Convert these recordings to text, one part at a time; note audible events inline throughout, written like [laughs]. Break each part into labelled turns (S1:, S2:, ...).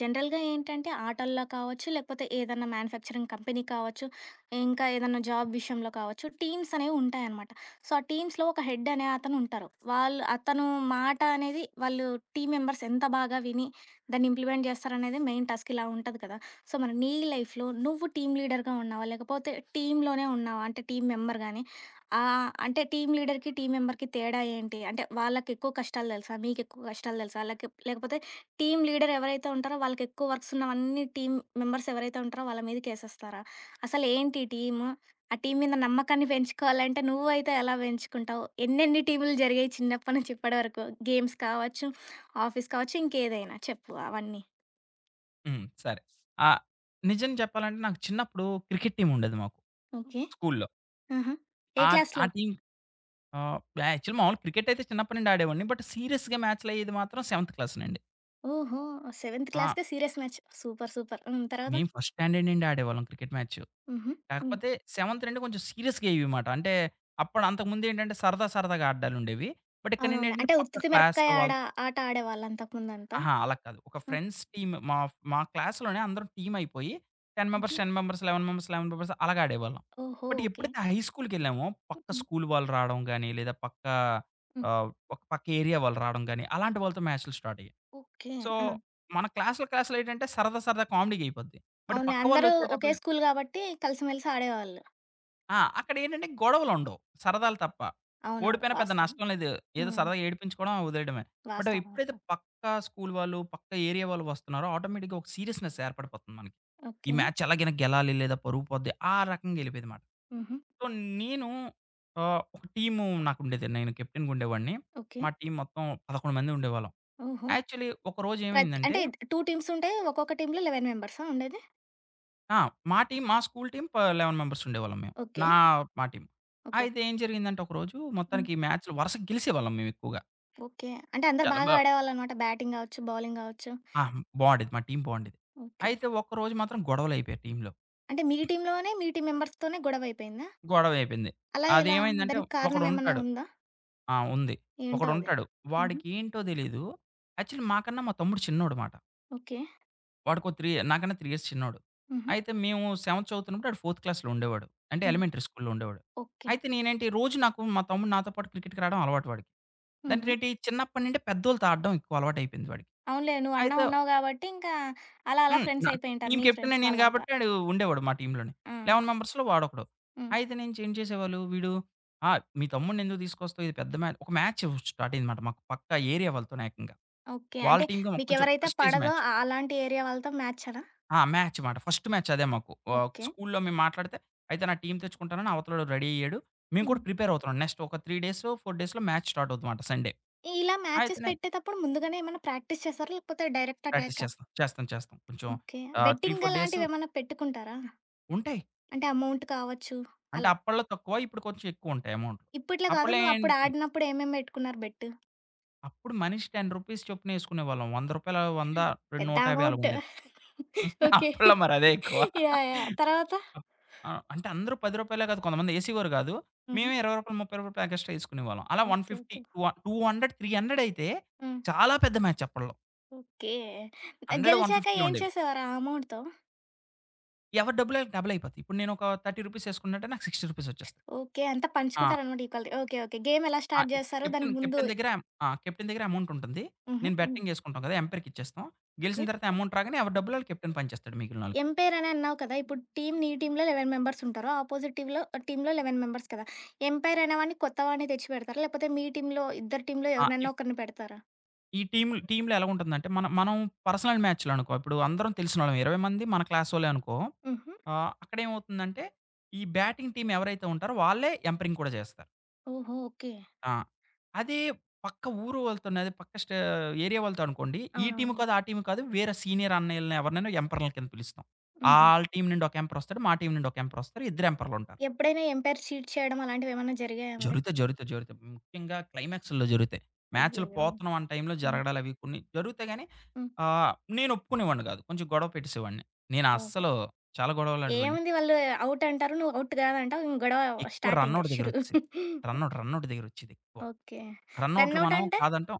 S1: జనరల్‌గా ఏంటంటే ఆటల్లో కావచ్చు, లేకపోతే ఏదన్నా మ్యానుఫ్యాక్చరింగ్ కంపెనీ కావచ్చు, ఇంకా ఏదన్నా జాబ్ విషయంలో కావచ్చు, టీమ్స్ అనేవుంటాయనమాట. సో, ఆ టీమ్స్‌లో ఒక హెడ్ అనే అతను ఉంటారు. వాళ్ళు అతను మాట అనేది వాళ్ళు టీమ్ మెంబర్స్ ఎంత బాగా విని దాన్ని ఇంప్లిమెంట్ చేస్తారనేది మెయిన్ టాస్క్ ఇలా ఉంటది కదా! సో, మరి నీ లైఫ్‌లో నువ్వు టీమ్ లీడర్‌గా ఉన్నావా? లేకపోతే టీమ్‌లోనే ఉన్నావా? అంటే టీమ్ మెంబర్ గాని అంటే టీమ్ లీడర్‌కి, టీమ్ మెంబర్‌కి తేడా ఏంటి? అంటే వాళ్ళకెక్కువ కష్టాలు తెలుసా? మీకెక్కువ కష్టాలు తెలుసా? లేకపోతే టీమ్ లీడర్ ఎవరైతే ఉంటారో వాళ్ళకెక్కువ వర్క్స్ ఉన్నవన్నీ టీమ్ మెంబర్స్ ఎవరైతే ఉంటారో వాళ్ళ మీదకేసేస్తారా? అసలేంటి టీము? ఆ టీం మీద నమ్మకాన్ని పెంచుకోవాలంటే నువ్వైతే ఎలా పెంచుకుంటావు? ఎన్నెన్ని టీములు జరిగాయి చిన్నప్పటి నుంచి ఇప్పటి వరకు? గేమ్స్ కావచ్చు, ఆఫీస్ కావచ్చు, ఇంకేదైనా చెప్పు అవన్నీ.
S2: హ్మ్. సరే. ఆహ్, నిజం చెప్పాలంటే నాకు చిన్నప్పుడు క్రికెట్ టీమ్ ఉండేది మాకు
S1: ఓకే.
S2: స్కూల్లో.
S1: ఆహా! ఏ
S2: ఆ ఆ
S1: క్లాస్‌లో?
S2: టీమ్ ఆహ్, యాక్చువల్ మామూలు క్రికెట్ అయితే చిన్నప్పటి నుండి ఆడేవాడిని. బట్ సీరియస్‌గా మ్యాచ్‌లయ్యేది మాత్రం సెవెంత్ క్లాస్ నండి.
S1: ఓహో! సెవెంత్
S2: ఆ!
S1: క్లాస్‌కే సీరియస్ మ్యాచ్. సూపర్. సూపర్. హ్మ్. తర్వాత?
S2: మేము ఫస్ట్ స్టాండర్డ్ నుండి ఆడేవాళ్ళం క్రికెట్ మ్యాచ్.
S1: హుహు. హ్మ్.
S2: కాకపోతే సెవెంత్ నుండి కొంచెం సీరియస్‌గా అయ్యేవిమాట. అంటే అప్పుడు అంతకుముందేంటంటే సరదా సరదాగా ఆడ్డాలుండేవి. బట్ ఇక్కడ
S1: అవునవునులే.
S2: నేనేంటంటే
S1: అంటే
S2: పక్క
S1: ఉత్తితి మిరపకాయ
S2: క్లాస్‌లో
S1: ఆడ
S2: వాళ్ళతో
S1: ఆట ఆడేవాళ్ళా అంతకు ముందంతా?
S2: అహా! అలా కాదు. ఒక
S1: ఆ!
S2: ఫ్రెండ్స్ టీమ్ మా మా క్లాస్‌లోనే అందరం టీమ్ అయిపోయి 10 మెంబర్స్,
S1: హుహు.
S2: 10 మెంబర్స్, 11 మెంబర్స్, 11 మెంబర్స్ అలాగా ఆడేవాళ్ళం.
S1: ఓహో!
S2: But
S1: okay.
S2: ఎప్పుడైతే హై స్కూల్‌కెళ్ళామో
S1: హ్మ్.
S2: పక్క
S1: హ్మ్.
S2: స్కూల్ వాళ్ళు రావడం గాని, లేదా ఒక పక్క ఏరియా వాళ్ళు రావడం గాని, అలాంటి వాళ్ళతో మ్యాచ్‌లు స్టార్ట్ అయ్యాయి.
S1: ఓకే.
S2: సో,
S1: ఆ!
S2: మన క్లాస్‌లు క్లాస్‌లు ఏంటంటే సరదా సరదా కామెడీ‌గా అయిపోద్ది. బట్
S1: అవునులే.
S2: పక్క
S1: అందరూ ఒకే
S2: వాళ్ళొచ్చేటప్పటికి
S1: స్కూల్ గాబట్టి కలిసిమెలిసి ఆడేవాళ్ళు.
S2: ఆ! అక్కడేంటంటే గొడవలుండవు. సరదాలు తప్ప.
S1: అవునవును.
S2: ఓడిపోయినా పెద్ద
S1: వాస్తవం.
S2: నష్టం లేదు. ఏదో
S1: హ్మ్.
S2: సరదాగా ఏడిపించుకోవడం, వదిలేయడమే. బట్
S1: వాస్తవం.
S2: ఎప్పుడైతే
S1: వాస్తవం.
S2: పక్కా స్కూల్ వాళ్ళు, పక్క ఏరియా వాళ్ళు వస్తున్నారో ఆటోమేటిక్‌గా ఒక సీరియస్‌నెస్ ఏర్పడిపోతుంది మనకి. ఈ
S1: ఓకే.
S2: మ్యాచ్ ఎలాగైనా గెలాలి లేదా పరువు పోద్ది. ఆ రకంగా ఎళ్ళిపోయేదిమాట.
S1: హుహు.
S2: సో, నేను ఒక టీము నాకుండేది. నేను కెప్టెన్‌గా ఉండేవాడిని.
S1: ఓకే.
S2: మా టీమ్ మొత్తం 11 మంది ఉండేవాళ్ళం.
S1: ఓహో!
S2: యాక్చువల్లీ ఒకరోజు ఏమైందంటే
S1: అంటే 2 టీమ్స్ ఉంటాయి. ఒక్కొక్క టీమ్‌లో 11 మెంబర్సా ఉండేది?
S2: ఆ! మా టీమ్ మా స్కూల్ టీమ్ 11 మెంబర్స్ ఉండేవాళ్ళం మేము.
S1: ఓకే.
S2: నా మా టీమ్.
S1: ఓకే.
S2: అయితే ఏం జరిగిందంటే ఒకరోజు
S1: హ్మ్.
S2: మొత్తానికి ఈ మ్యాచ్‌లు వరుసగా గెలిసేవాళ్ళం మేము ఎక్కువగా.
S1: ఓకే. అంటే అందరూ
S2: చాలా
S1: బాగా
S2: బా
S1: ఆడేవాళ్ళనమాట. బ్యాటింగ్ గావచ్చు, బౌలింగ్ గావచ్చు.
S2: ఆ! బావుండేది. మా టీమ్ బావుండేది.
S1: ఓకే.
S2: అయితే ఒక్కరోజు మాత్రం గొడవలయిపోయాయి టీమ్‌లో.
S1: అంటే మీ టీమ్‌లోనే మీ టీమ్ మెంబర్స్‌తోనే గొడవయిపోయిందా?
S2: గొడవ అయిపోయింది.
S1: అలా ఎలా?
S2: అదేమైందంటే
S1: దానికి కారణం ఏమన్నా
S2: ఒకడుంటాడు
S1: ఉందా?
S2: ఆ! ఉంది.
S1: ఏంటో అది?
S2: ఒకడుంటాడు.
S1: హుహు.
S2: వాడికేంటో తెలీదు. యాక్చువల్లీ మాకన్నా మా తమ్ముడు చిన్నోడు మాట.
S1: ఓకే.
S2: వాడికో 3 నాకన్నా 3 ఇయర్స్ చిన్నోడు.
S1: హుహు.
S2: అయితే మేము సెవెంత్ చదువుతున్నప్పుడు ఆడు ఫోర్త్ క్లాస్‌లో ఉండేవాడు. అంటే
S1: హ్మ్.
S2: ఎలిమెంటరీ స్కూల్‌లో ఉండేవాడు.
S1: ఓకే.
S2: అయితే నేనేంటి రోజు నాకు మా తమ్ముడు నాతో పాటు క్రికెట్‌కి రావడం అలవాటు వాడికి.
S1: హుహు.
S2: దానికేంటి చిన్నప్పటి నుండి పెద్దోళ్ళతో ఆడడం ఎక్కువ అలవాటైపోయింది వాడికి.
S1: అవునులే. నువ్వన్నా
S2: అయితే
S1: ఉన్నావు గాబట్టి, ఇంకా అలా అలా
S2: హ్మ్.
S1: ఫ్రెండ్స్ అయిపోయుంటారు
S2: టీమ్
S1: నీ
S2: కెప్టెనే
S1: ఫ్రెండ్స్
S2: నేను
S1: వాళ్ళంతా.
S2: కాబట్టి ఆడు ఉండేవాడు మా టీమ్‌లోనే.
S1: ఆ!
S2: 11 మెంబర్స్‌లో వాడొకడు.
S1: హ్మ్.
S2: అయితే నుంచి ఏం చేసేవాళ్ళు వీడు, "ఆ! మీ తమ్ముడిని ఎందుకు తీసుకొస్తావు? ఇది పెద్ద మ్యా." ఒక మ్యాచ్ స్టార్ట్ అయిందన్నమాట మాకు పక్క ఏరియా వాళ్ళతోనే ఏకంగా.
S1: ఓకే.
S2: వాళ్ళ
S1: అంటే
S2: టీమ్‌గా కొంచెం
S1: మీకెవరైతే
S2: ప్రెస్టీజ్
S1: పడదో
S2: మ్యాచ్.
S1: అలాంటి ఏరియా వాళ్ళతో మ్యాచనా?
S2: ఆ! మ్యాచ్ మాట. ఫస్ట్ మ్యాచ్ అదే మాకు.
S1: ఓకే.
S2: స్కూల్‌లో మేము మాట్లాడితే, "అయితే నా టీమ్ తెచ్చుకుంటానని" అవతలోడు రెడీ అయ్యాడు. మేము కూడా
S1: హ్మ్.
S2: ప్రిపేర్ అవుతున్నాం. నెక్స్ట్ ఒక 3 డేస్, 4 డేస్‌లో మ్యాచ్ స్టార్ట్ అవుతుందమాట సండే.
S1: ఇలా
S2: అయితే
S1: మ్యాచెస్
S2: నేను
S1: పెట్టేతప్పుడు ముందుగానే ఏమన్నా ప్రాక్టీస్ చేస్తారా? లేకపోతే డైరెక్ట్
S2: ప్రాక్టీస్
S1: అటాకా?
S2: చేస్తాం. చేస్తాం, చేస్తాం. కొంచెం
S1: ఓకే.
S2: 3,
S1: బెట్టింగ్
S2: 4 డేస్
S1: అలాంటివేమన్నా పెట్టుకుంటారా?
S2: ఉంటాయి.
S1: అంటే అమౌంట్ కావచ్చు
S2: అంటే
S1: అలా.
S2: అప్పట్లో తక్కువ, ఇప్పుడు కొంచెం ఎక్కువుంటాయి అమౌంట్లు.
S1: ఇప్పట్లో గాదు
S2: అప్పట్లో
S1: నువ్వప్పుడు
S2: ఏంటి
S1: ఆడినప్పుడు ఏమేం బెట్టుకున్నారు బెట్టు?
S2: అప్పుడు మనిషి రూ. 10 చొప్పున ఎసుకునేవాళ్ళం. రూ. 100 100,
S1: పెద్ద
S2: 250
S1: అమౌంట్.
S2: అలాగుండేది. [laughs]
S1: ఓకే.
S2: అప్పట్లో మరి అదే ఎక్కువ.
S1: యాహ్! యాహ్! తర్వాత?
S2: అప్ ఆ! అంటే అందరూ రూ. 10 కాదు. కొంతమంది ఏసేవారు కాదు.
S1: హుహు.
S2: మేమే రూ. 20, రూ. 30 ప్యాకెట్స్‌లో ఏసుకునేవాళ్ళం. అలా
S1: ఓకే.
S2: 150,
S1: ఓకే.
S2: టూ వ 200, 300 అయితే
S1: హ్మ్.
S2: చాలా పెద్ద మ్యాచ్ అప్పట్లో.
S1: ఓకే.
S2: 100,
S1: గెలిచాక
S2: 150
S1: ఏం
S2: ఉండేవి.
S1: చేసేవారు ఆ అమౌంట్‌తో?
S2: ఎవరి డబ్బులు ఆళ్ళకి డబుల్ అయిపోతాయి. ఇప్పుడు నేను ఒక రూ. 30 ఏసుకున్నానంటే నాకు రూ. 60 వచ్చేస్తాయి.
S1: ఓకే. అంతా
S2: ఆ!
S1: పంచుకుంటారనమాట ఈక్వల్‌గా. ఓకే. ఓకే. గేమ్ ఎలా
S2: ఆ!
S1: స్టార్ట్ జేస్తారు?
S2: కెప్టెన్
S1: దానికి ముందు
S2: కెప్టెన్ దగ్గర ఆ! కెప్టెన్ దగ్గర అమౌంట్ ఉంటుంది.
S1: హుహు.
S2: నేను
S1: హ్మ్.
S2: బెట్టింగ్ ఏసుకుంటాం కదా! ఎంపైర్‌కి ఇచ్చేస్తాం.
S1: ఓకే.
S2: గెలిచిన తర్వాత అమౌంట్ రాగానే ఎవరి డబ్బులు ఆళ్ళు కెప్టెన్ పంచేస్తాడు మిగిలినోళ్ళకి.
S1: ఎంపైర్ అని అన్నావు కదా! ఇప్పుడు నీ టీమ్‌లో 11 మెంబర్స్ ఉంటారు. అపోజిట్ టీమ్‌లో టీమ్‌లో 11 మెంబర్స్ కదా! ఎంపైర్ అనేవాడిని కొత్త వాడిని తెచ్చి పెడతారా? లేకపోతే మీ టీమ్‌లో ఇద్దరి టీమ్‌లో
S2: ఆ!
S1: ఎవరినన్నా
S2: ఇప్
S1: ఒకరిని పెడతారా?
S2: ఈ టీమ్‌లో ఎలాగుంటుందంటే మనం మనం పర్సనల్ మ్యాచ్‌లనుకో ఇప్పుడు అందరం తెలిసినోళ్ళం. 20 మంది మన క్లాసోళ్ళే అనుకో
S1: హుహు.
S2: అక్కడేమవుతుందంటే, ఈ బ్యాటింగ్ టీమ్ ఎవరైతే ఉంటారో వాళ్ళే ఎంపరింగ్ కూడా చేస్తారు.
S1: ఓహో! ఓకే.
S2: ఆ! అదే పక్క ఊరు వాళ్ళతోని, అదే పక్క స్టే ఏరియా వాళ్ళతో అనుకోండి, ఈ టీమ్
S1: అవునవును.
S2: కాదు, ఆ టీమ్ కాదు, వేరే సీనియర్ అన్నయ్యల్ని ఎవరినైనా ఎంపర్‌ల కింద పిలుస్తాం.
S1: హుహు.
S2: ఆళ్ళ టీమ్ నుండి ఒక ఎంపర్ వస్తాడు. మా టీమ్ నుండి ఒక ఎంపర్ వస్తారు. ఇద్దరు ఎంపర్‌లుంటారు.
S1: ఎప్పుడైనా ఎంపైర్ చీట్ చేయడం అలాంటివేమన్నా జరిగాయా మరి?
S2: జరుగుతాయి, జరుగుతాయి, జరుగుతాయి. ముఖ్యంగా క్లైమాక్స్‌ల్లో జరుగుతాయి. మ్యాచ్‌లు
S1: అయ్యయ్యో!
S2: పోతున్నాం అన్న టైంలో
S1: హ్మ్.
S2: జరగడాలు అవి కొన్ని జరుగుతాయి గానీ,
S1: హ్మ్.
S2: ఆహ్, నేను ఒప్పుకునేవాడిని కాదు. కొంచెం గొడవ పెట్టేసేవాడిని. నేను
S1: ఓకే.
S2: అస్సలు చాలా గొడవలాడేవాడిని.
S1: ఏముంది వాళ్ళు ఔట్ అంటారు. నువ్వు ఔట్ కాదంటావు. ఇంక గొడవ
S2: ఎక్కువ
S1: స్టార్ట్ ఇంక
S2: రన్‌ఔట్
S1: షురు.
S2: దగ్గరొచ్చేసింది. రన్‌ఔట్ దగ్గరొచ్చేదెక్కువ.
S1: ఓకే. రన్
S2: రన్‌ఔట్‌లు
S1: ఔట్
S2: మనం
S1: అంటే?
S2: కాదంటాం.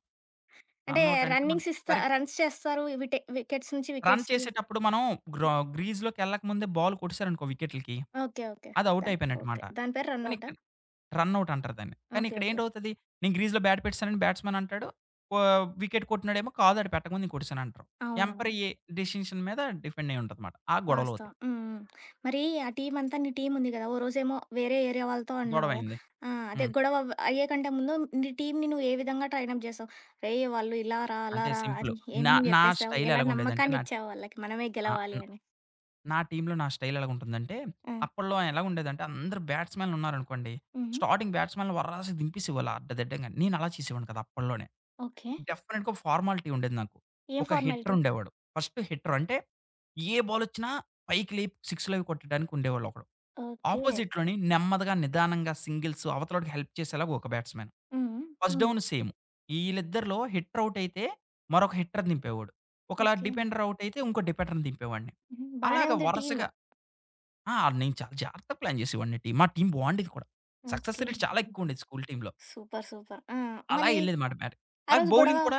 S1: అంటే
S2: రన్‌ఔట్ అంటే
S1: రన్నింగ్స్
S2: మనకి మరి
S1: రన్స్ చేస్తారు. వికెట్స్ నుంచి
S2: రన్
S1: వికెట్స్‌కి.
S2: చేసేటప్పుడు మనం గ్ర గ్రీజ్‌లోకెళ్ళక ముందే బాల్ కొట్టేసారనుకో వికెట్‌లకి,
S1: ఓకే. ఓకే.
S2: అది ఔట్
S1: దాన్
S2: అయిపోయినట్టు
S1: ఓకే.
S2: మాట.
S1: దాని పేరు రన్
S2: కానీ
S1: ఔటా?
S2: ఇక్కడ రన్‌ఔట్ అంటారు దాన్ని. కానీ
S1: ఓకే. ఓకే.
S2: ఇక్కడేంటవుతది, నేను గ్రీజ్‌లో బ్యాట్ పెట్టేసానని బ్యాట్స్‌మన్ అంటాడు. వికెట్ కొట్టినోడేమో కాదు ఆడు పెట్టకముందు నేను కొట్టేసానంటారు. ఎంపైర్
S1: అవునవును.
S2: ఏ డెసిషన్ మీద డిపెండ్ అయ్యి ఉంటదన్నమాట. ఆ
S1: వాస్తవం.
S2: గొడవలవుతాయి.
S1: హ్మ్. హ్మ్. మరి ఆ టీమంతా నీ టీమ్ ఉంది కదా! ఓ రోజేమో వేరే ఏరియా వాళ్ళతో అన్నావు.
S2: గొడవయింది.
S1: ఆ! అదే
S2: హ్మ్.
S1: గొడవ అయ్యే కంటే ముందు నీ టీమ్‌ని నువ్వు ఏ విధంగా ట్రైనప్ చేసావు? రేయ్! వాళ్ళు ఇలా రా, అలా
S2: అంటే
S1: రా
S2: సింపులు.
S1: అని
S2: నా
S1: ఏమేమి
S2: నా
S1: చెప్పేసావు?
S2: స్టైల్
S1: ఎలా
S2: ఎలాగుండేదంటే
S1: నమ్మకాన్ని
S2: నా
S1: ఇచ్చావు వాళ్ళకి మనమే
S2: ఆ!
S1: గెలవాలి అని?
S2: నా టీమ్‌లో నా స్టైల్ ఎలాగుంటుందంటే,
S1: ఆ!
S2: అప్పట్లో ఎలాగుండేదంటే అందరూ బ్యాట్స్‌మెన్‌లు ఉన్నారనుకోండి.
S1: హుహు.
S2: స్టార్టింగ్ బ్యాట్స్‌మెన్‌లు వర్రాసి దింపేసేవాళ్ళు అడ్డదిడ్డంగా. నేను అలా చేసేవాడిని కాదు అప్పట్లోనే.
S1: ఓకే.
S2: డెఫినెట్‌గా ఒక ఫార్మాలిటీ ఉండేది నాకు.
S1: ఏం
S2: ఒక హిట్టర్
S1: ఫార్మాలిటీ?
S2: ఉండేవాడు. ఫస్ట్ హిట్టర్ అంటే ఏ బాలొచ్చినా పైకి లేపి సిక్స్‌లు అవి కొట్టడానికి ఉండేవాళ్ళు ఒకడు.
S1: ఓకే.
S2: ఆపోజిట్‌లోని నెమ్మదిగా నిదానంగా సింగిల్స్ అవతలోడికి హెల్ప్ చేసేలాగా ఒక బ్యాట్స్‌మెన్.
S1: హ్మ్.
S2: ఫస్ట్
S1: హ్మ్.
S2: Down same. ఈళ్ళిద్దరిలో హిట్టర్ ఔట్ అయితే మరొక హిట్టర్‌ని దింపేవాడు. ఒకలా
S1: ఓకే.
S2: డిపెండర్ ఔట్ అయితే ఇంకో డిపెండర్‌ని దింపేవాడిని.
S1: హుహు. బానే
S2: అలాగా
S1: ఉంది టీమ్.
S2: వరుసగా ఆ! నేను చాలా జాగ్రత్తగా ప్లాన్ చేసేవాడిని టీమ్. మా టీమ్ బావుండేది కూడా. Success
S1: okay.
S2: రేట్ చాలా ఎక్కువుండేది స్కూల్ టీమ్‌లో.
S1: సూపర్. సూపర్. ఆ!
S2: అలా
S1: మళ్ళీ
S2: ఎళ్ళేదిమాట మ్యాట్.
S1: ఆ
S2: నాకు
S1: రోజు గొడవ
S2: బౌలింగ్ కూడా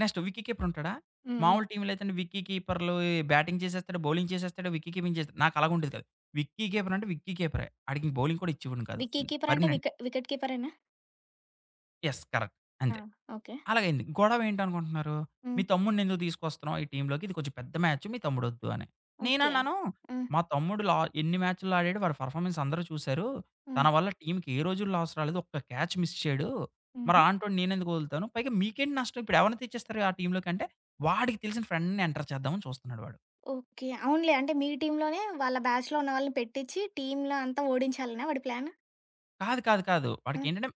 S2: నెక్స్ట్ విక్కీ కీపర్ ఉంటాడా?
S1: హ్మ్. హ్మ్.
S2: మామూలు టీమ్‌లో అయితేనే విక్కీ కీపర్‌లు బ్యాటింగ్ చేసేస్తాడు, బౌలింగ్ చేసేస్తాడు, విక్కీ కీపింగ్ చేస్తాడు. నాకు అలాగా ఉండేది కాదు. విక్కీ కీపర్ అంటే విక్కీ కీపరే. ఆడికి బౌలింగ్ కూడా ఇచ్చేవాడిని కాదు.
S1: విక్కీ కీపర్ అంటే
S2: పర్మనెంట్.
S1: వికెట్ కీపరేనా?
S2: యెస్. కరెక్ట్.
S1: ఆ!
S2: అంతే.
S1: ఓకే.
S2: అలాగయింది. గొడవేంటనుకుంటున్నారు?
S1: హ్మ్.
S2: "మీ తమ్ముడినెందుకు తీసుకొస్తున్నావు ఈ టీమ్‌లోకి? ఇది కొంచెం పెద్ద మ్యాచ్. మీ తమ్ముడొద్దు" అని.
S1: ఓకే.
S2: నేనన్నాను,
S1: హ్మ్.
S2: "మా తమ్ముడు లా ఎన్ని మ్యాచ్‌ల్లో ఆడాడు. వాడి పర్‌ఫార్మెన్స్ అందరూ చూసారు. తన
S1: హ్మ్.
S2: వల్ల టీమ్‌కి ఏ రోజు లాస్ రాలేదు. ఒక్క క్యాచ్ మిస్ చేయడు. మరి
S1: హుహు.
S2: అలాంటోడిని నేనెందుకు వదులుతాను? పైగా మీకేంటి నష్టం? ఇప్పుడు ఎవరిని తెచ్చేస్తారు ఆ టీమ్‌లోకి" అంటే, "వాడికి తెలిసిన ఫ్రెండ్‌ని ఎంటర్ చేద్దామని చూస్తున్నాడు వాడు."
S1: ఓకే. అవునులే. అంటే మీ టీమ్‌లోనే వాళ్ళ బ్యాచ్‌లో ఉన్న వాళ్ళని పెట్టించి టీమ్‌లో అంతా ఓడించాలనా వాడి ప్లాను?
S2: కాదు, కాదు, కాదు.
S1: ఆ!
S2: వాడికేంటంటే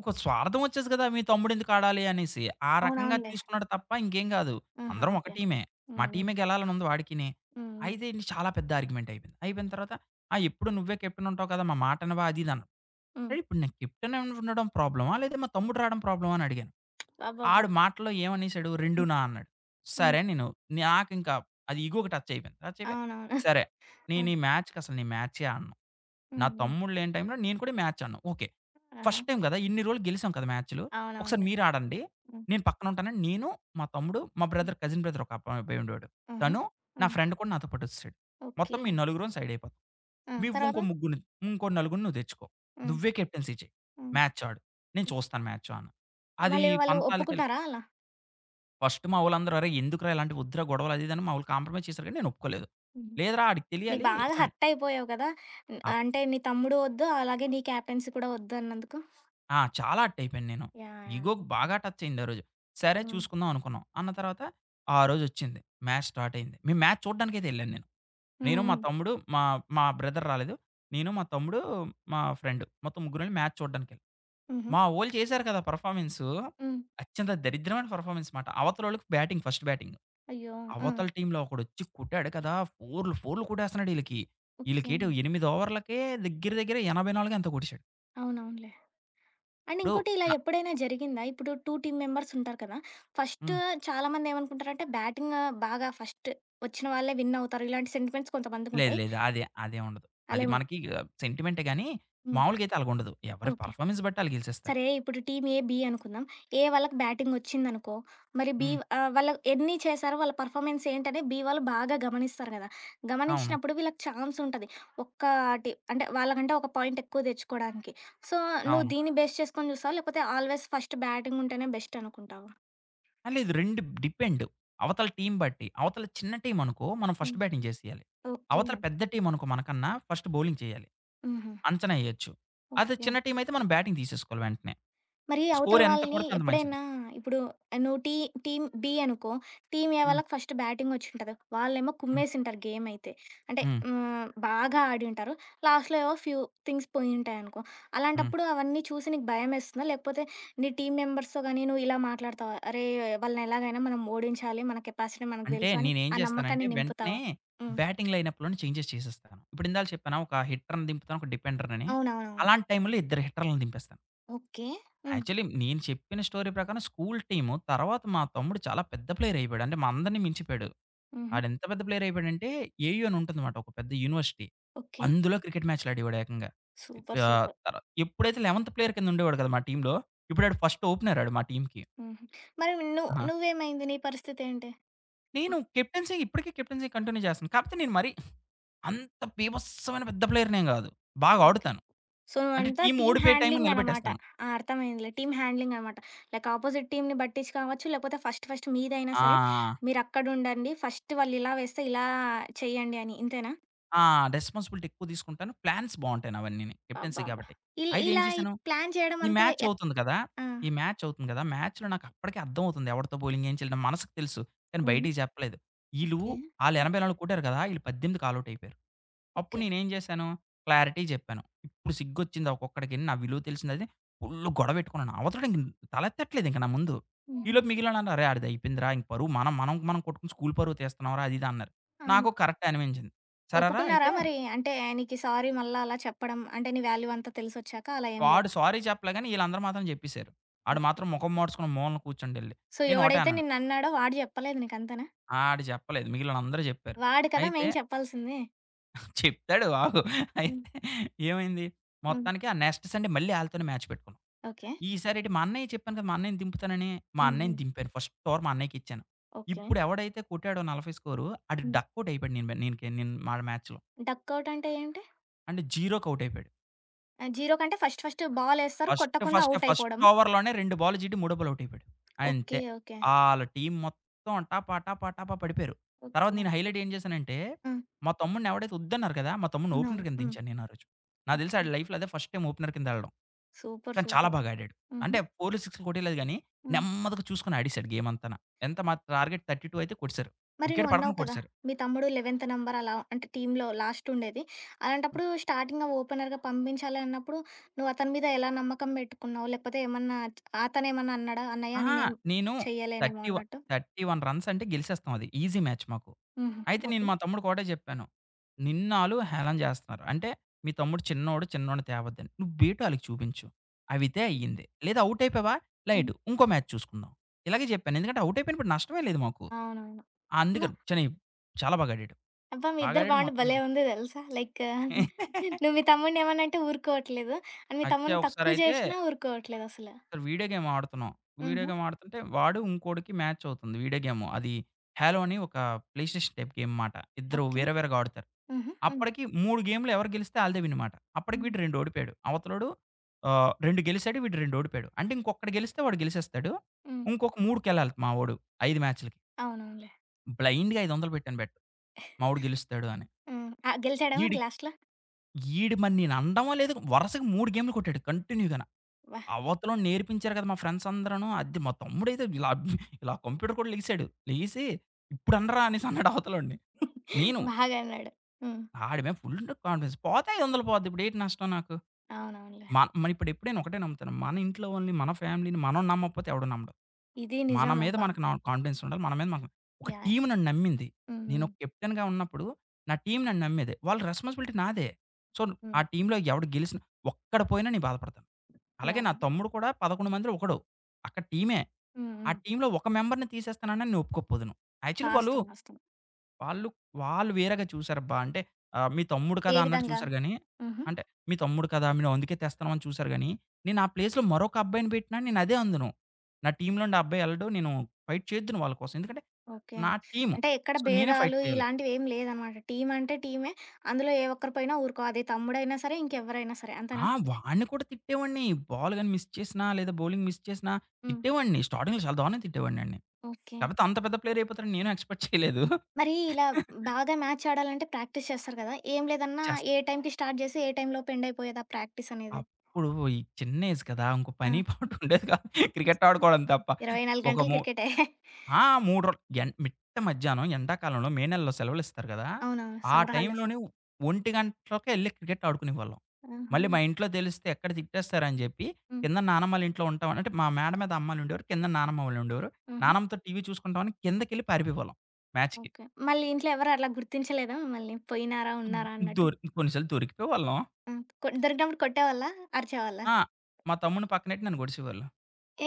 S2: ఒక స్వార్థం వచ్చేసి కదా! మీ తమ్ముడు ఎందుకు ఆడాలి అనేసి. ఆ రకంగా
S1: అవునవునులే.
S2: తీసుకున్నాడు తప్ప ఇంకేం గాదు.
S1: ఆహా!
S2: అందరం ఒక
S1: ఓకే.
S2: టీమే. మా
S1: హ్మ్. హ్మ్.
S2: టీమే గెలాలని ఉంది వాడికిని.
S1: హ్మ్. హ్మ్.
S2: అయితే ఇది చాలా పెద్ద ఆర్గ్యుమెంట్ అయిపోయింది. అయిపోయిన తర్వాత, "ఆ! ఎప్పుడు నువ్వే కెప్టెన్ ఉంటావు కదా! మా మాట వినవా?" అది ఇది అన్నాడు.
S1: హ్మ్.
S2: "అరె! ఇప్పుడు నేను కెప్టెన్ ఉండడం ప్రాబ్లమా? లేదా మా తమ్ముడు రావడం ప్రాబ్లమా?" అని అడిగాను.
S1: అబ్బబ్బా!
S2: ఆడు మాటలో ఏమనేసాడు? 2
S1: హ్మ్.
S2: నా అన్నాడు.
S1: హ్మ్.
S2: సరే అని నేను నాకింకా అది ఇగోకి టచ్ అయిపోయింది. టచ్ అయిపోయి
S1: అవునవును.
S2: సరే,
S1: ఆ!
S2: నేను ఈ మ్యాచ్‌కసలు నేను మ్యాచే ఆడను. నా
S1: హ్మ్.
S2: తమ్ముడు లేని టైంలో నేను కూడా మ్యాచ్ ఆడను. ఓకే.
S1: ఆహా!
S2: ఫస్ట్ టైమ్ గదా! ఇన్ని రోజులు గెలిసాం కదా! మ్యాచ్‌లు. ఒకసారి
S1: అవునవునులే.
S2: మీరు ఆడండి.
S1: హ్మ్.
S2: నేను పక్కన ఉంటానని నేను, మా తమ్ముడు, మా
S1: హ్మ్.
S2: బ్రదర్ కజిన్ బ్రదర్ ఒక అబ్బా అబ్బాయి ఉండేవాడు.
S1: హుహు.
S2: తను, నా
S1: హ్మ్.
S2: ఫ్రెండ్ కూడా నాతో పాటు వచ్చేసాడు.
S1: ఓకే.
S2: మొత్తం మీ నలుగురం సైడ్ అయిపోతాం.
S1: ఆ!
S2: నువ్వు ఇంకో
S1: తర్వాత?
S2: ముగ్గురిని ఇంకో నలుగురిని నువ్వు తెచ్చుకో.
S1: హ్మ్.
S2: నువ్వే కెప్టెన్సీ చెయి.
S1: హ్మ్.
S2: మ్యాచ్ ఆడు. నేను చూస్తాను మ్యాచ్ అన్నా. అది
S1: మళ్ళీ వాళ్ళు
S2: పంతాలకి
S1: ఒప్పుకున్నారా అలా?
S2: ఫస్ట్ మా వోళ్ళందరూ, "అరేయ్! ఎందుకురా ఇలాంటివి వద్దురా గొడవలు" అది, ఇది అని మా వోళ్ళు కాంప్రమైజ్ చేసారు కానీ నేను ఒప్పుకోలేదు.
S1: హుహు.
S2: లేదురా ఆడికి
S1: నీకు
S2: తెలియాలి
S1: బాగా
S2: సన్
S1: హర్ట్ అయిపోయావు కదా! హ్మ్.
S2: అప్
S1: అంటే నీ తమ్ముడు వద్దు, అలాగే నీ క్యాప్టెన్సీ కూడా వద్దు అన్నందుకు?
S2: ఆ! చాలా హర్ట్ అయిపోయాను నేను.
S1: యాహ్! యాహ్!
S2: ఇగోకి బాగా టచ్ అయింది ఆ రోజు. సరే
S1: హ్మ్.
S2: చూసుకుందాం అనుకున్నాం. అన్న తర్వాత ఆ రోజొచ్చింది. మ్యాచ్ స్టార్ట్ అయింది. మేము మ్యాచ్ చూడ్డానికైతే ఎళ్ళాను నేను.
S1: హ్మ్.
S2: నేను, మా
S1: హ్మ్.
S2: తమ్ముడు, మా మా బ్రదర్ రాలేదు. నేను, మా తమ్ముడు, మా ఫ్రెండ్ మొత్తం ముగ్గురం ఎళ్లి మ్యాచ్ చూడ్డానికెళ్ళాం.
S1: హుహు.
S2: మా వోళ్ళు చేసారు కదా! పెర్ఫార్మన్సు
S1: హ్మ్.
S2: అత్యంత దరిద్రమైన పెర్ఫార్మన్స్ మాట. అవతలోళ్ళకి బ్యాటింగ్ ఫస్ట్ బ్యాటింగ్.
S1: అయ్యో! ఆ!
S2: అవతల టీమ్‌లో ఒకడొచ్చి కొట్టాడు కదా! ఫోర్‌లు, ఫోర్‌లు కొట్టేస్తున్నాడు ఈళ్ళకి.
S1: ఓకే.
S2: ఈళ్ళకేటి 8 ఓవర్లకే దగ్గర దగ్గర 84 ఎంతో కొట్టేసాడు.
S1: అవునవునులే. అండ్
S2: ఇప్పుడు
S1: ఇంకోటి ఇలా
S2: న
S1: ఎప్పుడైనా జరిగిందా? ఇప్పుడు 2 టీమ్ మెంబర్స్ ఉంటారు కదా! ఫస్ట్
S2: హ్మ్.
S1: చాలామంది ఏమనుకుంటారంటే బ్యాటింగ్ బాగా ఫస్ట్ వచ్చిన వాళ్ళే విన్ అవుతారు. ఇలాంటి సెంటిమెంట్స్
S2: లేదు
S1: కొంతమందికుంటాయి.
S2: లేదు. అదే అదేం ఉండదు.
S1: అలా
S2: అది
S1: ఏమన్
S2: మనకి సెంటిమెంటే గాని
S1: హ్మ్.
S2: మామూలుగా అయితే అలాగుండదు. ఎవరి
S1: ఓకే.
S2: పెర్ఫార్మన్స్ బట్టి ఆళ్ళు గెలిచేస్తారు.
S1: సరే ఇప్పుడు టీమ్ ఏ, బి అనుకుందాం. ఏ వాళ్ళకి బ్యాటింగ్ వచ్చిందనుకో, మరి బి
S2: హ్మ్.
S1: వాళ్ళు ఎన్ని చేశారో వాళ్ళ పర్ఫార్మెన్స్ ఏంటనే బి వాళ్ళు బాగా గమనిస్తారు గదా!
S2: అవును.
S1: గమనించినప్పుడు వీళ్ళకి ఛాన్స్ ఉంటది. ఒక్కటి అంటే వాళ్ళకంటే ఒక పాయింట్ ఎక్కువ తెచ్చుకోవడానికి. సో, నువ్వు
S2: అవును.
S1: దీన్ని బేస్ చేసుకొని చూస్తావా? లేకపోతే ఆల్‌వేస్ ఫస్ట్ బ్యాటింగ్ ఉంటేనే బెస్ట్ అనుకుంటావా?
S2: ఆ! లేదు 2 డిపెండ్. అవతల టీమ్ బట్టి. అవతల చిన్న టీమ్ అనుకో మనం ఫస్ట్
S1: హ్మ్.
S2: బ్యాటింగ్ చేసేయాలి.
S1: ఓకే.
S2: అవతల పెద్ద టీమ్ అనుకో మనకన్నా ఫస్ట్ బౌలింగ్ చేయాలి.
S1: హుహు.
S2: అంచనా ఎయొచ్చు. అదే
S1: ఓకే.
S2: చిన్న టీమ్ అయితే మనం బ్యాటింగ్ తీసేసుకోవాలి వెంటనే.
S1: మరి అవతల
S2: స్కోర్ ఎంత
S1: వాళ్ళని
S2: కొడితే అంత మంచిది.
S1: ఎప్పుడైనా ఇప్పుడు నువ్వు టీ టీమ్ బి అనుకో, టీమ్ ఏ
S2: హ్మ్.
S1: వాళ్ళకి ఫస్ట్ బ్యాటింగ్ వచ్చుంటది. వాళ్ళేమో
S2: హ్మ్.
S1: కుమ్మేసింటారు గేమ్ అయితే. అంటే
S2: హ్మ్.
S1: హ్మ్, బాగా ఆడింటారు. లాస్ట్‌లో ఏవో ఫ్యూ థింగ్స్ పోయుంటాయనుకో.
S2: హ్మ్.
S1: అలాంటప్పుడు అవన్నీ చూసి నీకు భయమేస్తుందా? లేకపోతే నీ టీమ్ మెంబర్స్‌తో గాని నువ్వు ఇలా మాట్లాడతావా? అరేయ్! వాళ్ళని ఎలాగైనా మనం ఓడించాలి. మన కెపాసిటీ మనకు
S2: అంటే
S1: తెలుసు అని
S2: నేనేం
S1: ఆ
S2: చేస్తానంటే
S1: నమ్మకాన్ని
S2: వెంటనే
S1: నింపుతావా? హ్మ్.
S2: బ్యాటింగ్ లైనప్‌లోనే చేంజెస్ చేసేస్తాను. ఇప్పుడు ఇందాల చెప్పానా ఒక హిట్టర్‌ని దింపుతాను, ఒక డిపెండర్‌నని.
S1: అవునవునవును.
S2: అలాంటి టైమ్‌లో ఇద్దరు హిట్టర్‌లని దింపేస్తాను.
S1: ఓకే. హ్మ్.
S2: యాక్చువల్లీ నేను చెప్పిన స్టోరీ ప్రకారం స్కూల్ టీము తర్వాత మా తమ్ముడు చాలా పెద్ద ప్లేయర్ అయిపోయాడు. అంటే మా అందరిని మించిపోయాడు.
S1: హుహు.
S2: ఆడెంత పెద్ద ప్లేయర్ అయిపోయాడంటే ఏయూ అని ఉంటుందన్నమాట ఒక పెద్ద యూనివర్సిటీ.
S1: ఓకే.
S2: అందులో క్రికెట్ మ్యాచ్‌లు ఆడేవాడు ఏకంగా.
S1: సూపర్.
S2: ఆహ్,
S1: సూపర్.
S2: తర ఎప్పుడైతే 11వ ప్లేయర్ కింద ఉండేవాడు కదా! మా టీమ్‌లో. ఇప్పుడు ఆడు ఫస్ట్ ఓపెనర్ ఆడు మా టీమ్‌కి.
S1: హుహు. మరి నువ్వు
S2: ఆ!
S1: నువ్వేమైంది? నీ పరిస్థితి ఏంటి?
S2: నేను కెప్టెన్సీ కంటిన్యూ చేస్తున్నాను. కాకపోతే నేను మరి అంత బీభత్సమైన పెద్ద ప్లేయర్‌నేం గాదు. బాగా
S1: ఓకే.
S2: ఆడుతాను.
S1: సో,
S2: అంటే
S1: నువ్వంతా
S2: టీమ్
S1: టీమ్
S2: ఓడిపోయే టైంకి
S1: హ్యాండ్లింగ్ అనమాట.
S2: నిలబెట్టేస్తాను.
S1: ఆ! అర్థమైందిలే. టీమ్ హ్యాండ్లింగ్ అనమాట. లైక్ అపోజిట్ టీమ్‌ని బట్టించి కావచ్చు, లేకపోతే ఫస్ట్ ఫస్ట్ మీదైనా
S2: ఆ!
S1: సరే, మీరక్కడుండండి, ఫస్ట్ వాళ్ళిలా వేస్తే ఇలా చెయ్యండి అని. ఇంతేనా?
S2: ఆ! రెస్పాన్సిబిలిటీ ఎక్కువ తీసుకుంటాను. ప్లాన్స్ బావుంటాయి నావన్నీని. కెప్టెన్సీ
S1: అబ్బబ్బా!
S2: కాబట్టి. అయితే ఏం
S1: ఇలా ఈ
S2: చేశాను,
S1: ప్లాన్
S2: ఈ
S1: చేయడమంతా
S2: మ్యాచ్ అవుతుంది కదా!
S1: ఆ!
S2: ఈ మ్యాచ్ అవుతుంది కదా! మ్యాచ్‌లో నాకు అప్పటికే అర్థమవుతుంది. ఎవడితో బౌలింగ్ ఏం చేయాలి మనసుకు తెలుసు. కానీ
S1: హ్మ్.
S2: బయటికి చెప్పలేదు. ఈళ్ళు
S1: ఓకే.
S2: ఆళ్ళు 84 కొట్టారు కదా! ఈళ్ళు 18కి ఆల్ ఔట్ అయిపోయారు. అప్పుడు
S1: ఓకే.
S2: నేనేం చేశాను, క్లారిటీ చెప్పాను. ఇప్పుడు సిగ్గొచ్చింది ఒక్కొక్కడికి నా విలువ తెలిసిందది. ఫుల్లు గొడవ పెట్టుకున్నాను. అవతలోడింక తలెత్తట్లేదు ఇంక నా ముందు.
S1: హుహు.
S2: ఈలోపు మిగిలినోళ్ళంట, "అరే! ఆడిది అయిపోయిందిరా. ఇంక పరువు మనం మనం మనం కొట్టుకుని స్కూల్ పరువు తీస్తున్నాంరా" అది ఇది అన్నారు.
S1: అవును.
S2: నాకు కరెక్టే అనిపించింది. సరేరా
S1: ఒప్పుకున్నారా
S2: అయితే.
S1: మరి? అంటే నీకి సారీ మళ్ళా అలా చెప్పడం, అంటే నీ వాల్యూ అంతా తెలిసొచ్చాక అలా ఏం
S2: వాడు
S1: లేదా?
S2: సారీ చెప్పలే గాని ఈళ్ళందరూ మాత్రం చెప్పేసారు. ఆడు
S1: ఓకే.
S2: మాత్రం ముఖం మాడ్చుకొని మూలన కూర్చుండెళ్ళి.
S1: సో,
S2: నేను ఒకటే
S1: ఎవడైతే
S2: అన్నాను.
S1: నిన్నన్నాడో వాడు చెప్పలేదు నీకు అంతేనా?
S2: ఆడు చెప్పలేదు. మిగిలినోళ్ళందరూ చెప్పారు.
S1: వాడు కదా
S2: అయితే
S1: మెయిన్ చెప్పాల్సింది.
S2: చెప్తాడు ఆగు. అయితే ఏమైంది
S1: హ్మ్.
S2: మొత్తానికి ఆ నెక్స్ట్ సండే మళ్ళీ ఆళ్ళతోనే మ్యాచ్ పెట్టుకున్నాం.
S1: ఓకే.
S2: ఈసారి ఏంటి మా అన్నయ్య చెప్పాను కదా! మా అన్నయ్యని దింపుతానని, మా
S1: హ్మ్.
S2: అన్నయ్యని
S1: హ్మ్.
S2: దింపాను. ఫస్ట్ ఓవర్ మా అన్నయ్యకి ఇచ్చాను.
S1: ఓకే.
S2: ఇప్పుడు ఎవడైతే కొట్టాడో 40 స్కోరు ఆడు
S1: హ్మ్.
S2: డక్ ఔట్ అయిపోయాడు నేను బె నేనుకే నేను మా మ్యాచ్‌లో.
S1: డకౌట్ అంటే ఏంటి?
S2: అంటే 0కి ఔట్ అయిపోయాడు.
S1: ఆహ్, 0 కంటే ఫస్ట్ ఫస్ట్ బాలేస్తారు. కొట్టకుండా ఔట్
S2: ఫస్ట్
S1: అయిపోవడమా?
S2: ఓవర్‌లోనే 2 బాల్లు చీటి, మూడో బాల్ ఔట్ అయిపోయాడు. అంతే.
S1: ఓకే. ఓకే.
S2: ఆళ్ళ టీమ్ మొత్తం టపా టపా టపా పడిపోయారు. తర్వాత
S1: ఓకే.
S2: నేను హైలైట్ ఏం చేశానంటే,
S1: ఆ!
S2: మా తమ్ముడిని ఎవడైతే వద్దన్నారు కదా! మా తమ్ముడిని ఓపెనర్
S1: అవునవును.
S2: కింద
S1: హ్మ్.
S2: దించాను నేను ఆ రోజు. నాకు తెలిసి
S1: ఓకే.
S2: ఆడి లైఫ్‌లో అదే ఫస్ట్ టైమ్ ఓపెనర్ కింద ఎళ్ళడం.
S1: సూపర్.
S2: కానీ చాలా
S1: సూపర్.
S2: బాగా ఆడాడు.
S1: హుహు.
S2: అంటే 4 సిక్స్‌లు కొట్టేయలేదు గానీ,
S1: హ్మ్.
S2: నెమ్మదిగా చూసుకొని ఆడేశాడు గేమంతాన. ఎంత మా టార్గెట్ 32 అయితే కొట్టేశారు.
S1: మరి
S2: వికెట్
S1: నువ్వన్నావు
S2: పడకుండా
S1: కదా!
S2: కొట్టేశారు.
S1: మీ తమ్ముడు 11వ నంబర్ అలా అంటే టీమ్‌లో లాస్ట్ ఉండేది. అలాంటప్పుడు స్టార్టింగ్‌గా ఓపెనర్‌గా పంపించాలి అన్నప్పుడు నువ్వు అతని మీద ఎలా నమ్మకం పెట్టుకున్నావు? లేకపోతే ఏమన్నా అతనేమన్నా అన్నాడా? అన్నయ్య
S2: అహా!
S1: నేనేం
S2: నేను
S1: చెయ్యలేనేమో
S2: 31
S1: అన్నట్టు?
S2: 31 రన్స్ అంటే గెలిసేస్తాం అది. ఈజీ మ్యాచ్ మాకు.
S1: హుహు.
S2: అయితే నేను
S1: ఓకే.
S2: మా తమ్ముడికి ఒకటే జెప్పాను. నిన్నాళ్ళు హేళన జేస్తున్నారు. అంటే మీ తమ్ముడు చిన్నోడు, చిన్నోడిని తేవద్దని. నువ్వు బేటో ఆళ్ళకి చూపించు. అవితే అయ్యింది. లేదా ఔట్ అయిపోయావా?
S1: హ్మ్.
S2: లైట్ ఇంకో మ్యాచ్ చూసుకుందాం. ఇలాగే జెప్పాను. ఎందుకంటే ఔట్ అయిపోయినప్పుడు నష్టమే లేదు మాకు.
S1: అవునవును.
S2: ఆ అందుకని చని చాలా బాగా ఆడాడు.
S1: అబ్బా! మీ
S2: బాగా
S1: ఇద్దరి
S2: ఆడాడు
S1: బాండ్ భలే
S2: మొత్తానికి.
S1: ఉంది తెలుసా! లైక్ [laughs] నువ్వు మీ తమ్ముడిని ఏమనంటే ఊరుకోవట్లేదు. అండ్ మీ
S2: అచ్చా!
S1: తమ్ముడిని తక్కువ చేసినా ఊరుకోవట్లేదసల.
S2: ఒకసారి వీడియో గేమ్ ఆడుతున్నాం. వీడియో
S1: హుహు.
S2: గేమ్ ఆడుతుంటే వాడు ఇంకోడికి మ్యాచ్ అవుతుంది వీడియో గేమ్. అది హాలో అని ఒక ప్లే స్టేషన్ టైప్ గేమ్ మాట. ఇద్దరు
S1: ఓకే.
S2: వేరే వేరేగా ఆడుతారు.
S1: హుహు. హ్మ్.
S2: అప్పటికి 3 గేమ్‌లు ఎవరు గెలిస్తే ఆళ్ళదే విన్ మాట. అప్పటికి
S1: హ్మ్.
S2: వీడు 2 ఓడిపోయాడు. 2 గెలిసాడు. వీడు 2 ఓడిపోయాడు. అంటే ఇంకొకడు గెలిస్తే వాడు గెలిసేస్తాడు.
S1: హ్మ్.
S2: ఇంకొక 3కెళ్ళాలి మా వోడు 5 మ్యాచ్‌లకి.
S1: అవునవునులే.
S2: బ్లైండ్‌గా 500 పెట్టాను బెట్. మా వోడు గెలుస్తాడు అని.
S1: హ్మ్. ఆహ్, గెలిచాడా మరి
S2: ఈడికి
S1: లాస్ట్‌లో?
S2: ఈడు మరి నేను అనడమో లేదు వరుసగా 3 గేమ్‌లు కొట్టాడు కంటిన్యూ‌గాన.
S1: అబ్బా!
S2: అవతలోళ్ళు నేర్పించారు కదా! మా ఫ్రెండ్స్ అందరూను. అది మా తమ్ముడైతే ఇలా ఇలా కంప్యూటర్ కూడా లెగిసాడు. లెగిసి, "ఇప్పుడు అనరా" అనేసి అన్నాడు అవతలోడిని. నేను
S1: [laughs] బాగా అన్నాడు. హ్మ్.
S2: ఆడి మీద ఫుల్ కాన్ఫిడెన్స్. పోతే 500 పోద్ది. ఇప్పుడేటి నష్టం నాకు?
S1: అవునవునులే.
S2: మన మరి ఇప్పుడు ఎప్పుడైనా ఒకటే నమ్ముతాను. మన ఇంట్లో వాళ్ళని, మన ఫ్యామిలీని మనం నమ్మకపోతే ఎవడు నమ్మడు.
S1: ఇది
S2: మన
S1: నిజం
S2: మీద
S1: అబ్బా!
S2: మనకు నా కాన్ఫిడెన్స్ ఉండాలి. మన మీద మనకు ఒక
S1: యాహ్!
S2: టీమ్ నన్ను నమ్మింది.
S1: హ్మ్.
S2: నేను
S1: హ్మ్.
S2: ఒక కెప్టెన్‌గా ఉన్నప్పుడు నా టీమ్ నన్ను నమ్మేది. వాళ్ళ రెస్పాన్సిబిలిటీ నాదే. సో, ఆ
S1: హ్మ్.
S2: టీమ్‌లో ఎవడు గెలిసినా ఒక్కడు పోయినా నేను బాధపడతాను. అలాగే నా
S1: యాహ్!
S2: తమ్ముడు కూడా 11 మందిలో ఒకడు. అక్కడ టీమే.
S1: హ్మ్.
S2: ఆ
S1: హ్మ్.
S2: టీమ్‌లో ఒక మెంబర్‌ని తీసేస్తానన్నా నేను ఒప్పుకోకపోదును. యాక్చువల్లీ
S1: వాస్తవం. వాస్తవం.
S2: వాళ్ళు, వాళ్ళు వేరేగా చూసారబ్బా! అంటే మీ తమ్ముడు
S1: ఏ
S2: కదా! అన్నట్టు
S1: విధంగా?
S2: చూసారు గానీ,
S1: హుహు.
S2: అంటే మీ తమ్ముడు కదా! మేము అందుకే తెస్తున్నాం అని చూసారు గానీ, నేను ఆ ప్లేస్‌లో మరొక అబ్బాయిని పెట్టినా నేను అదే అందును. నా టీమ్‌లో నుండి ఆ అబ్బాయి ఎళ్ళడు. నేను ఫైట్ చేద్దును వాళ్ళ కోసం. ఎందుకంటే
S1: ఓకే.
S2: నా టీము.
S1: అంటే ఎక్కడ
S2: సో, నేనే ఫైట్
S1: భేదాలు
S2: చేయాలి.
S1: ఇలాంటివేమి లేదనమాట. టీమంటే టీమే. అందులో ఏ ఒక్కరిపైనా ఊరుకో. అది తమ్ముడైనా సరే, ఇంకెవ్వరైనా సరే. అంతేనా?
S2: ఆ! వాడిని కూడా తిట్టేవాడిని. బాల్ గాని మిస్ చేసినా, లేదా బౌలింగ్ మిస్ చేసినా
S1: హ్మ్.
S2: తిట్టేవాడిని. స్టార్టింగ్‌లో చాలా దారుణంగా తిట్టేవాడినండి.
S1: ఓకే.
S2: కాపోతే అంత పెద్ద ప్లేయర్ అయిపోతారని నేను ఎక్స్‌పెక్ట్ చేయలేదు.
S1: మరి ఇలా
S2: [laughs]
S1: బాగా మ్యాచ్ ఆడాలంటే ప్రాక్టీస్ చేస్తారు కదా! ఏం లేదన్నా
S2: చేస్
S1: ఏ టైంకి స్టార్ట్ జేసి, ఏ టైంలోపు ఎండ్ అయిపోయేదా ప్రాక్టీస్ అనేది?
S2: అప్పుడు ఈ చిన్న ఏజ్ కదా! ఇంకో
S1: ఆ!
S2: పని [laughs] పాటు ఉండేది కాదు. క్రికెట్ ఆడుకోవడం తప్ప.
S1: 24
S2: ఒక
S1: గంటలు
S2: మూ
S1: క్రికెటే.
S2: ఆ! 3 రో ఎన్ మిట్ట మధ్యాహ్నం ఎండాకాలంలో మే నెలలో సెలవులిస్తారు కదా!
S1: అవునవును.
S2: ఆ
S1: సమ్మర్ హాలిడేస్.
S2: టైంలోనే 1:00కే ఎళ్లి క్రికెట్ ఆడుకునేవాళ్ళం.
S1: ఆహా!
S2: మళ్ళీ మా ఇంట్లో తెలిస్తే ఎక్కడ తిట్టేస్తారని చెప్పి
S1: హ్మ్.
S2: కింద నానమ్మోళ్ళ ఇంట్లో ఉంటామని అంటే మా మేడ మీద అమ్మాలుండేవారు. కింద నానమ్మ వాళ్ళుండేవారు.
S1: హుహు.
S2: నానమ్మతో టీవీ చూసుకుంటామని కిందకెళ్ళి పారిపోయేవాళ్ళం మ్యాచ్‌కి.
S1: ఓకే. మళ్ళీ ఇంట్లో ఎవరు అలా గుర్తించలేదా మిమ్మల్ని? పోయినారా? ఉన్నారా అన్నట్టు?
S2: కొన్నిసార్లు దొరికిపోయేవాళ్ళం.
S1: ఆ! దొరికినప్పుడు కొట్టేవాళ్ళా? అరిచేవాళ్ళా?
S2: ఆ! మా తమ్ముడిని పక్కనెట్టి నన్ను గొడిసేవాళ్ళు.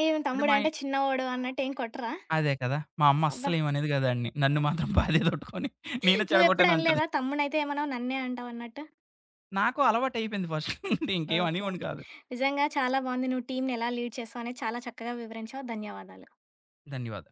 S1: ఏం
S2: అంటే మా
S1: తమ్ముడంటే చిన్నోడు అన్నట్టు ఏం కొట్టరా?
S2: అదే కదా! మా అమ్మ
S1: అబ్బా!
S2: అస్సలేమనేది కాదు ఆడిని. నన్ను మాత్రం బాధేదోట్టుకొని నేనే
S1: నువ్వెప్పుడు
S2: చెడగొట్టానంటది.
S1: అనలేదా తమ్ముడినైతే ఏమన్నావు నన్నే అంటావన్నట్టు?
S2: నాకు అలవాటయిపోయింది ఫస్ట్ నుండి ఇంకేం
S1: ఓకే.
S2: అనేవాడిని
S1: ఓకే.
S2: కాదు.
S1: నిజంగా చాలా బావుంది. నువ్వు టీమ్‌ని ఎలా లీడ్ చేస్తావు అనేది చాలా చక్కగా వివరించావు. ధన్యవాదాలు.
S2: ధన్యవాదాలు.